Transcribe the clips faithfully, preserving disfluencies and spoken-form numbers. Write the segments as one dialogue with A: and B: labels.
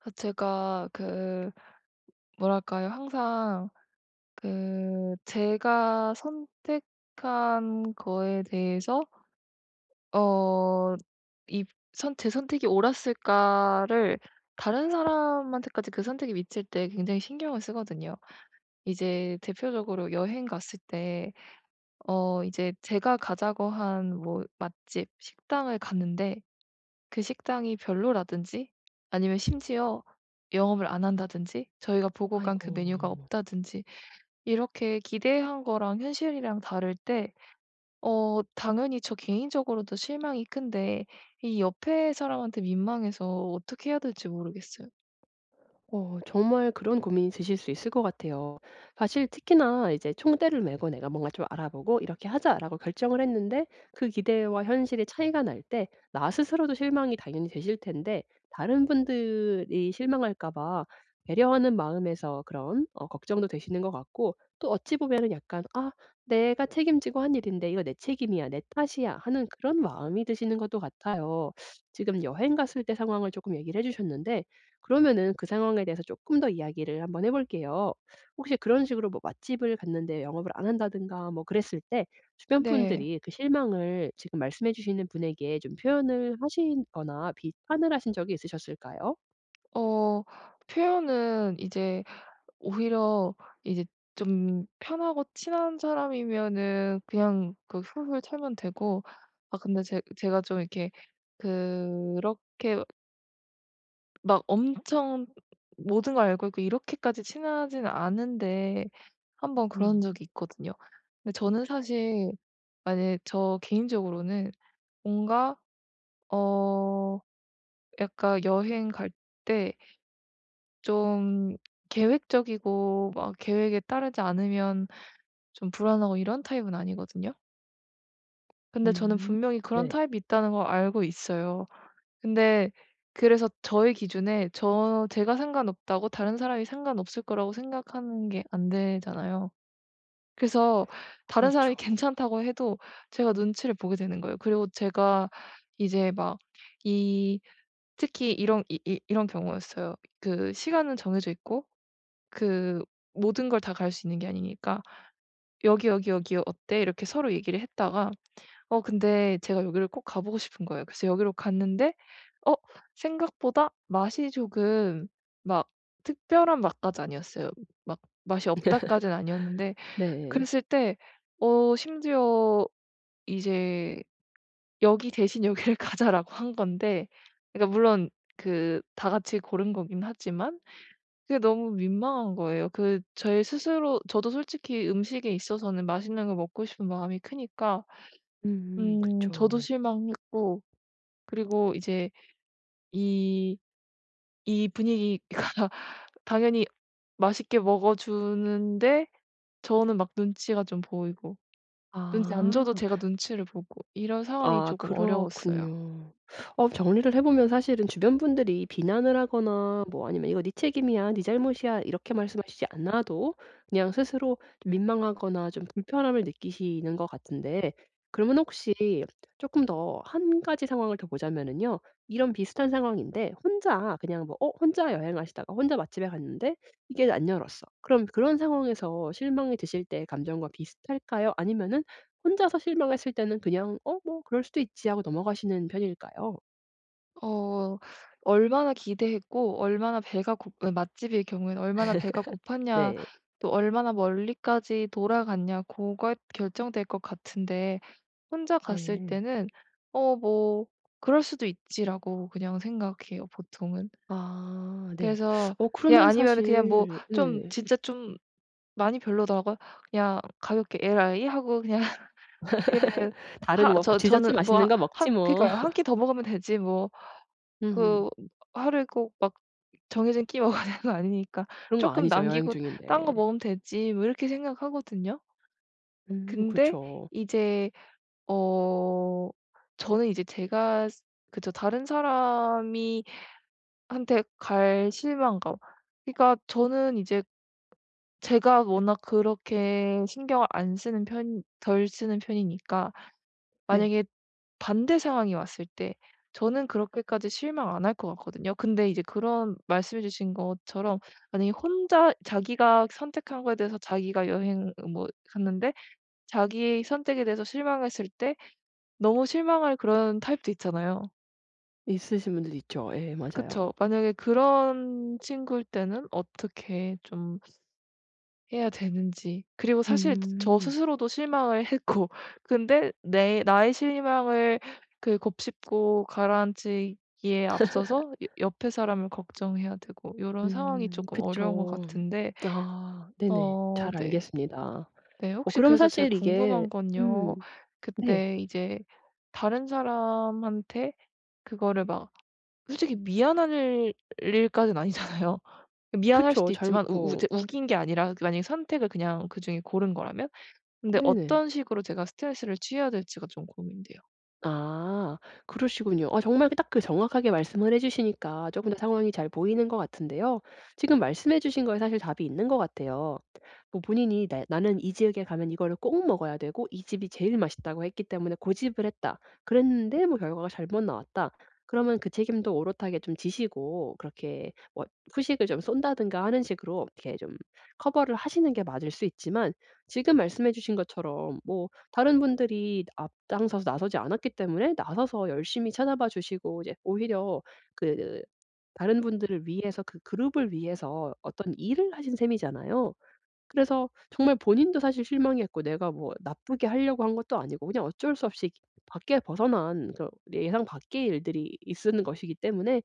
A: 아 제가 그 뭐랄까요? 항상 그 제가 선택한 거에 대해서 어 이 선 '제 선택이 옳았을까.'를 다른 사람한테까지 그 선택이 미칠 때 굉장히 신경을 쓰거든요. 이제 대표적으로 여행 갔을 때 어 이제 제가 가자고 한 뭐 맛집, 식당을 갔는데 그 식당이 별로라든지, 아니면 심지어 영업을 안 한다든지, 저희가 보고 간 그 메뉴가
B: 아이고.
A: 없다든지, 이렇게 기대한 거랑 현실이랑 다를 때 어 당연히 저 개인적으로도 실망이 큰데 이 옆에 사람한테 민망해서 어떻게 해야 될지 모르겠어요.
B: 어 정말 그런 고민이 드실 수 있을 것 같아요. 사실 특히나 이제 총대를 메고 '내가 뭔가 좀 알아보고 이렇게 하자.'라고 결정을 했는데 그 기대와 현실의 차이가 날 때 나 스스로도 실망이 당연히 되실 텐데 다른 분들이 실망할까 봐 배려하는 마음에서 그런 어 걱정도 되시는 것 같고 또 어찌 보면은 약간 '아 내가 책임지고 한 일인데 이거 내 책임이야. 내 탓이야.' 하는 그런 마음이 드시는 것도 같아요. 지금 여행 갔을 때 상황을 조금 얘기를 해 주셨는데 그러면은 그 상황에 대해서 조금 더 이야기를 한번 해 볼게요. 혹시 그런 식으로 뭐 맛집을 갔는데 영업을 안 한다든가 뭐 그랬을 때 주변
A: 네.
B: 분들이 그 실망을 지금 말씀해 주시는 분에게 좀 표현을 하신 거나 비판을 하신 적이 있으셨을까요?
A: 어 표현은 이제 오히려 이제 좀 편하고 친한 사람이면은 그냥 그 훌훌 털면 되고, 아 근데 제 제가 좀 이렇게, 그렇게 막 엄청 모든 걸 알고 있고 이렇게까지 친하진 않은데 한번 그런
B: 음.
A: 적이 있거든요. 근데 저는 사실, 만약에 저 개인적으로는 뭔가 어 약간 여행 갈 때 좀 계획적이고 막 계획에 따르지 않으면 좀 불안하고 이런 타입은 아니거든요. 근데 저는
B: 음.
A: 분명히 그런
B: 네.
A: 타입이 있다는 걸 알고 있어요. 근데 그래서 저의 기준에, 저 제가 상관없다고 다른 사람이 상관없을 거라고 생각하는 게 안 되잖아요. 그래서 다른 사람이
B: 그렇죠.
A: 괜찮다고 해도 제가 눈치를 보게 되는 거예요. 그리고 제가 이제 막 이 특히 이런 이 이 이런 경우였어요. 그 시간은 정해져 있고 그 모든 걸 다 갈 수 있는 게 아니니까 "여기, 여기, 여기 어때?" 이렇게 서로 얘기를 했다가, 어 근데 제가 여기를 꼭 가 보고 싶은 거예요. 그래서 여기로 갔는데 어 생각보다 맛이 조금, 막 특별한 맛까지 아니었어요. 막 맛이 없다까지는 아니었는데,
B: 네.
A: 그랬을 때 어 심지어 이제 "여기 대신 여기를 가자."라고 한 건데, 그러니까 물론 그 다 같이 고른 거긴 하지만 그게 너무 민망한 거예요. 그 저의 스스로 저도 솔직히 음식에 있어서는 맛있는 거 먹고 싶은 마음이 크니까,
B: 음.
A: 음 저도
B: 그쵸.
A: 실망했고. 그리고 이제 이 이 분위기가 당연히 맛있게 먹어 주는데 저는 막 눈치가 좀 보이고, 눈치 안 줘도
B: 아.
A: 제가 눈치를 보고, 이런 상황이
B: 아
A: 조금 어려웠어요.
B: 그렇군요. 어 정리를 해 보면 사실은 주변 분들이 비난을 하거나 뭐 아니면 "이거 네 책임이야. 네 잘못이야." 이렇게 말씀하시지 않아도 그냥 스스로 좀 민망하거나 좀 불편함을 느끼시는 것 같은데 그러면 혹시 쪼끔 더 한 가지 상황을 더 보자면은요. 이런 비슷한 상황인데 혼자 그냥 뭐 어 혼자 여행하시다가 혼자 맛집에 갔는데 이게 안 열었어. 그럼 그런 상황에서 실망이 드실 때 감정과 비슷할까요? 아니면은 혼자서 실망했을 때는 그냥 '어 뭐 그럴 수도 있지.' 하고 넘어가시는 편일까요?
A: 어 얼마나 기대했고 얼마나 배가 고 어 맛집일 경우에는 얼마나 배가 고팠냐,
B: 네.
A: 또 얼마나 멀리까지 돌아갔냐, 그가 결정될 것 같은데 혼자 갔을
B: 네.
A: 때는 '어 뭐 그럴 수도 있지.'라고 그냥 생각해요 보통은.
B: 아 네.
A: 그래서
B: 어
A: 그냥,
B: 그러면
A: 아니면은 그냥 뭐
B: 사실
A: 좀
B: 네.
A: 진짜 좀 많이 별로더라고요. 그냥 가볍게 "에라이?" 하고 그냥 그
B: 다른
A: 하
B: 뭐
A: 저 저는
B: 지자체
A: 뭐,
B: 맛있는 거
A: 한
B: 먹지 뭐.
A: 그니까요, 끼더 먹으면 되지 뭐.
B: 음.
A: 그 하루에 꼭 막 정해진 끼 먹어야 되는 거 아니니까
B: 그런 거
A: 조금
B: 아니죠, 여행
A: 남기고
B: 중인데.
A: 딴 거 먹으면 되지.' 뭐 이렇게 생각하거든요.
B: 음
A: 근데
B: 그쵸.
A: 이제 어 저는 이제 제가, 그저 다른 사람이 한테 갈 실망감, 그러니까 저는 이제 제가 워낙 그렇게 신경을 안 쓰는 편, 덜 쓰는 편이니까
B: 네.
A: 만약에 반대 상황이 왔을 때 저는 그렇게까지 실망 안 할 것 같거든요. 근데 이제 그런 말씀해 주신 것처럼 만약에 혼자 자기가 선택한 거에 대해서 자기가 여행 뭐 갔는데, 자기의 선택에 대해서 실망했을 때 너무 실망할 그런 타입도 있잖아요.
B: 있으신 분들 있죠. 예 맞아요.
A: 그쵸. 만약에 그런 친구일 때는 어떻게 좀 해야 되는지, 그리고 사실 저
B: 음.
A: 스스로도 실망을 했고 근데 내 나의 실망을 그 곱씹고 가라앉히기에 앞서서 여 옆에 사람을 걱정해야 되고 이런 상황이
B: 음
A: 조금 어려운 것
B: 그쵸.
A: 같은데.
B: 아 네네.
A: 어
B: 잘
A: 네.
B: 알겠습니다.
A: 네,
B: 어
A: 혹시
B: 그럼
A: 그래서 제가
B: 사실 이게
A: 궁금한
B: 음
A: 건요,
B: 네.
A: 그때 이제 다른 사람한테 그거를 막 솔직히 미안할 일까지는 아니잖아요. 미안할
B: 그쵸.
A: 수도
B: 잘
A: 있지만, 우 우
B: 뭐
A: 이제 우긴 게 아니라, 그 만약에 선택을 그냥 그중에 고른 거라면? 근데
B: 네네.
A: 어떤 식으로 제가 스트레스를 취해야 될지가 좀 고민돼요.
B: 아 그러시군요. 아 정말 딱 그 정확하게 말씀을 해 주시니까 조금 더 상황이 잘 보이는 것 같은데요. 지금 말씀해 주신 거에 사실 답이 있는 것 같아요. 뭐 본인이 나 '나는 이 지역에 가면 이거를 꼭 먹어야 되고 이 집이 제일 맛있다고 했기 때문에 고집을 했다. 그랬는데 뭐 결과가 잘못 나왔다.' 그러면 그 책임도 오롯하게 좀 지시고 그렇게 뭐 후식을 좀 쏜다든가 하는 식으로 이렇게 좀 커버를 하시는 게 맞을 수 있지만 지금 말씀해 주신 것처럼 뭐 다른 분들이 앞장서서 나서지 않았기 때문에 나서서 열심히 찾아봐 주시고 이제 오히려 그 다른 분들을 위해서 그 그룹을 위해서 어떤 일을 하신 셈이잖아요. 그래서 정말 본인도 사실 실망했고 내가 뭐 나쁘게 하려고 한 것도 아니고 그냥 어쩔 수 없이 밖에 벗어난 그 예상 밖의 일들이 있는 것이기 때문에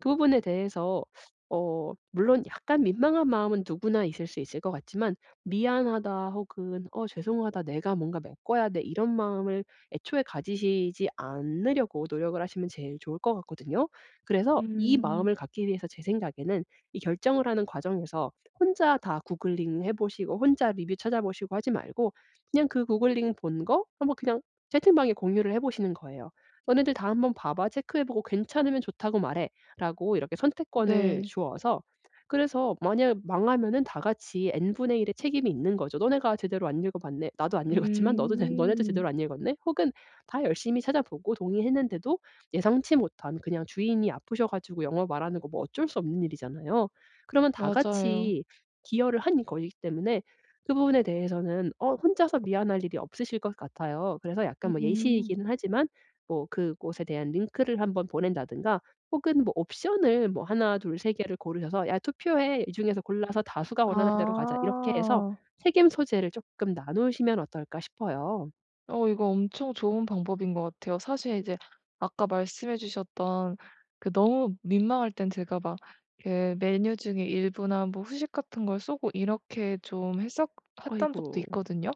B: 그 부분에 대해서 어 물론 약간 민망한 마음은 누구나 있을 수 있을 것 같지만 '미안하다.' 혹은 '어 죄송하다. 내가 뭔가 메꿔야 돼.' 이런 마음을 애초에 가지시지 않으려고 노력을 하시면 제일 좋을 것 같거든요. 그래서 이
A: 음.
B: 마음을 갖기 위해서 제 생각에는 이 결정을 하는 과정에서 혼자 다 구글링 해 보시고 혼자 리뷰 찾아보시고 하지 말고 그냥 그 구글링 본 거 한번 그냥 채팅방에 공유를 해 보시는 거예요. "너네들 다 한번 봐 봐. 체크해 보고 괜찮으면 좋다고 말해." 라고 이렇게 선택권을
A: 네.
B: 주어서 그래서 만약 망하면은 다 같이 n분의 일의 책임이 있는 거죠. "너네가 제대로 안 읽어 봤네. 나도 안 읽었지만 너도 제 너네도
A: 음.
B: 제대로 안 읽었네." 혹은 다 열심히 찾아보고 동의했는데도 예상치 못한 그냥 주인이 아프셔 가지고 영어 말하는 거 뭐 어쩔 수 없는 일이잖아요. 그러면 다
A: 맞아요.
B: 같이 기여를 한 거이기 때문에 그 부분에 대해서는 어 혼자서 미안할 일이 없으실 것 같아요. 그래서 약간 뭐
A: 음.
B: 예시이기는 하지만 뭐 그곳에 대한 링크를 한번 보낸다든가 혹은 뭐 옵션을 뭐나 둘, 세 개를 고르셔서 "야 투표해. 이 중에서 골라서 다수가 원하는 대로 가자." 이렇게 해서
A: 아.
B: 책임 소재를 쪼끔 나누시면 어떨까 싶어요.
A: 어 이거 엄청 좋은 방법인 것 같아요. 사실 이제 아까 말씀해 주셨던 그 너무 민망할 땐 제가 막 그 메뉴 중에 일부나 뭐 후식 같은 걸 쏘고 이렇게 좀 했었 했던
B: 아이고.
A: 적도 있거든요.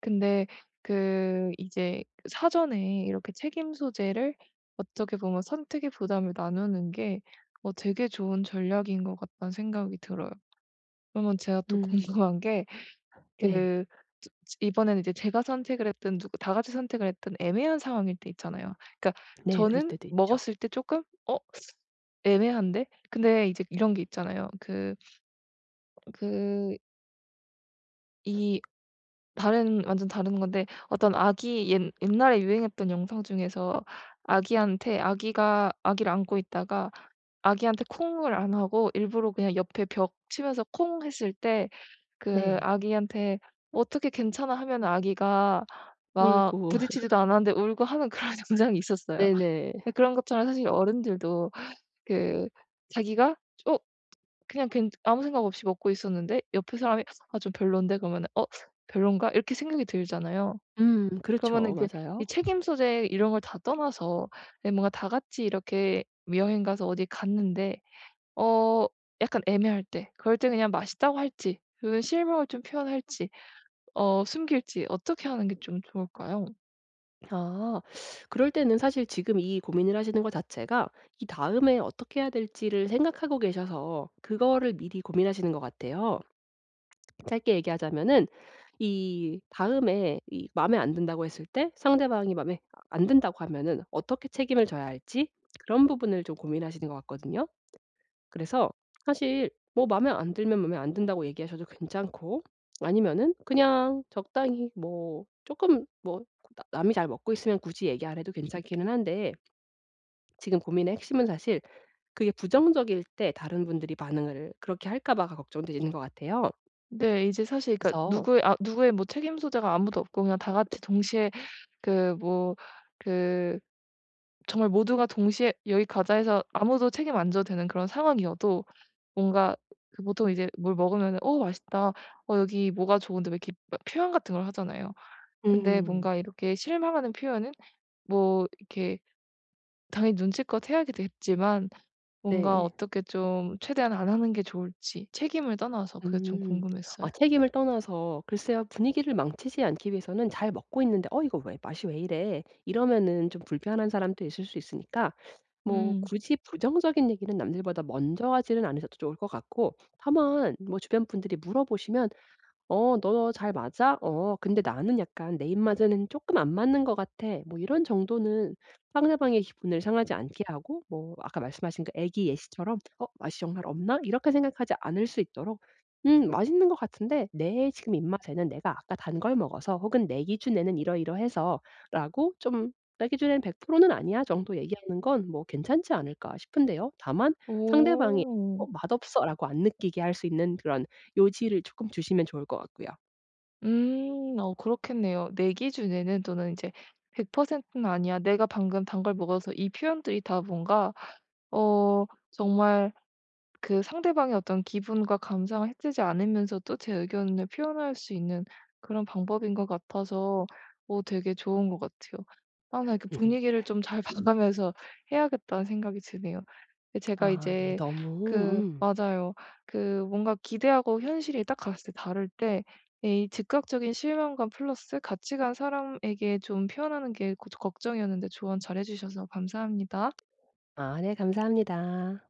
A: 근데 그 이제 사전에 이렇게 책임 소재를, 어떻게 보면 선택의 부담을 나누는 게 어 되게 좋은 전략인 것 같다는 생각이 들어요. 그러면 제가 또
B: 음.
A: 궁금한 게,
B: 네.
A: 그 저 이번에는 이제 제가 선택을 했든 누구 다 같이 선택을 했든 애매한 상황일 때 있잖아요. 그러니까
B: 네. 그럴
A: 저는
B: 때도 있죠.
A: 먹었을 때 조금 '어 애매한데?' 근데 이제 이런 게 있잖아요. 그 그 이 다른 완전 다른 건데, 어떤 아기, 옛 옛날에 유행했던 영상 중에서 아기한테 아기가 아기를 안고 있다가 아기한테 콩을 안 하고 일부러 그냥 옆에 벽 치면서 콩 했을 때, 그
B: 네.
A: 아기한테 "어떻게 괜찮아?" 하면 아기가 막
B: 울고.
A: 부딪히지도 않았는데 울고 하는 그런 영상이 있었어요.
B: 네네.
A: 근데 그런 것처럼 사실 어른들도 그, 자기가 어 그냥 괜 아무 생각 없이 먹고 있었는데 옆에 사람이 '아 좀 별론데?' 그러면 '어 별론가?' 이렇게 생각이 들잖아요.
B: 음
A: 그러면
B: 그렇죠.
A: 이제
B: 맞아요.
A: 이 책임 소재 이런 걸 다 떠나서, 예, 뭔가 다 같이 이렇게 여행 가서 어디 갔는데 어 약간 애매할 때, 그럴 때 그냥 맛있다고 할지, 그 실망을 좀 표현할지, 어 숨길지 어떻게 하는 게 좀 좋을까요?
B: 아 그럴 때는 사실 지금 이 고민을 하시는 거 자체가 이 다음에 어떻게 해야 될지를 생각하고 계셔서 그거를 미리 고민하시는 것 같아요. 짧게 얘기하자면은 이 다음에 이 마음에 안 든다고 했을 때 상대방이 마음에 안 든다고 하면은 어떻게 책임을 져야 할지 그런 부분을 좀 고민하시는 것 같거든요. 그래서 사실 뭐 마음에 안 들면 마음에 안 든다고 얘기하셔도 괜찮고 아니면은 그냥 적당히 뭐 조금 뭐 나 남이 잘 먹고 있으면 굳이 얘기 안 해도 괜찮기는 한데 지금 고민의 핵심은 사실 그게 부정적일 때 다른 분들이 반응을 그렇게 할까 봐가 걱정되시는 것 같아요.
A: 네, 이제 사실 그러니까
B: 그래서
A: 누구의 아 누구의 뭐 책임 소재가 아무도 없고 그냥 다 같이 동시에, 그 뭐 그 정말 모두가 동시에 "여기 가자." 해서 아무도 책임 안 져도 되는 그런 상황이어도, 뭔가 그 보통 이제 뭘 먹으면 "어 맛있다. 어 여기 뭐가 좋은데." 왜 이렇게 막 표현 같은 걸 하잖아요. 근데
B: 음.
A: 뭔가 이렇게 실망하는 표현은 뭐 이렇게 당연히 눈치껏 해야 겠지만, 뭔가
B: 네.
A: 어떻게 좀 최대한 안 하는 게 좋을지, 책임을 떠나서 그게 좀
B: 음.
A: 궁금했어요.
B: 아 책임을 떠나서 글쎄요. 분위기를 망치지 않기 위해서는 잘 먹고 있는데 '어 이거 왜 맛이 왜 이래?' 이러면은 좀 불편한 사람도 있을 수 있으니까 뭐
A: 음.
B: 굳이 부정적인 얘기는 남들보다 먼저 하지는 않으셔도 좋을 것 같고 다만 뭐 주변 분들이 물어보시면 "어 너 잘 맞아? 어 근데 나는 약간 내 입맛에는 조금 안 맞는 것 같아." 뭐 이런 정도는 상대방의 기분을 상하지 않게 하고 뭐 아까 말씀하신 그 아기 예시처럼 '어 맛이 정말 없나?' 이렇게 생각하지 않을 수 있도록 '음 맛있는 것 같은데 내 지금 입맛에는 내가 아까 단 걸 먹어서 혹은 내 기준에는 이러이러해서.'라고 좀 '내 기준엔 백 퍼센트는 아니야.' 정도 얘기하는 건 뭐 괜찮지 않을까 싶은데요. 다만 상대방이 '어
A: 오.
B: 맛없어.'라고 안 느끼게 할 수 있는 그런 요지를 조금 주시면 좋을 것 같고요.
A: 음. 어 그렇겠네요. 내 기준에는, 또는 이제 백 퍼센트는 아니야, 내가 방금 단 걸 먹어서, 이 표현들이 다 뭔가 어 정말 그 상대방의 어떤 기분과 감상을 해치지 않으면서도 제 의견을 표현할 수 있는 그런 방법인 것 같아서 어 되게 좋은 것 같아요. 아, 나 이렇게 분위기를 좀 잘 봐가면서 해야겠다는 생각이 드네요. 근데 제가
B: 아 네.
A: 이제
B: 너무
A: 그
B: 음.
A: 맞아요. 그 뭔가 기대하고 현실이 딱 갔을 때 다를 때, 예, 이 즉각적인 실망감 플러스 같이 간 사람에게 좀 표현하는 게 고 걱정이었는데 조언 잘해 주셔서 감사합니다.
B: 아 네 감사합니다.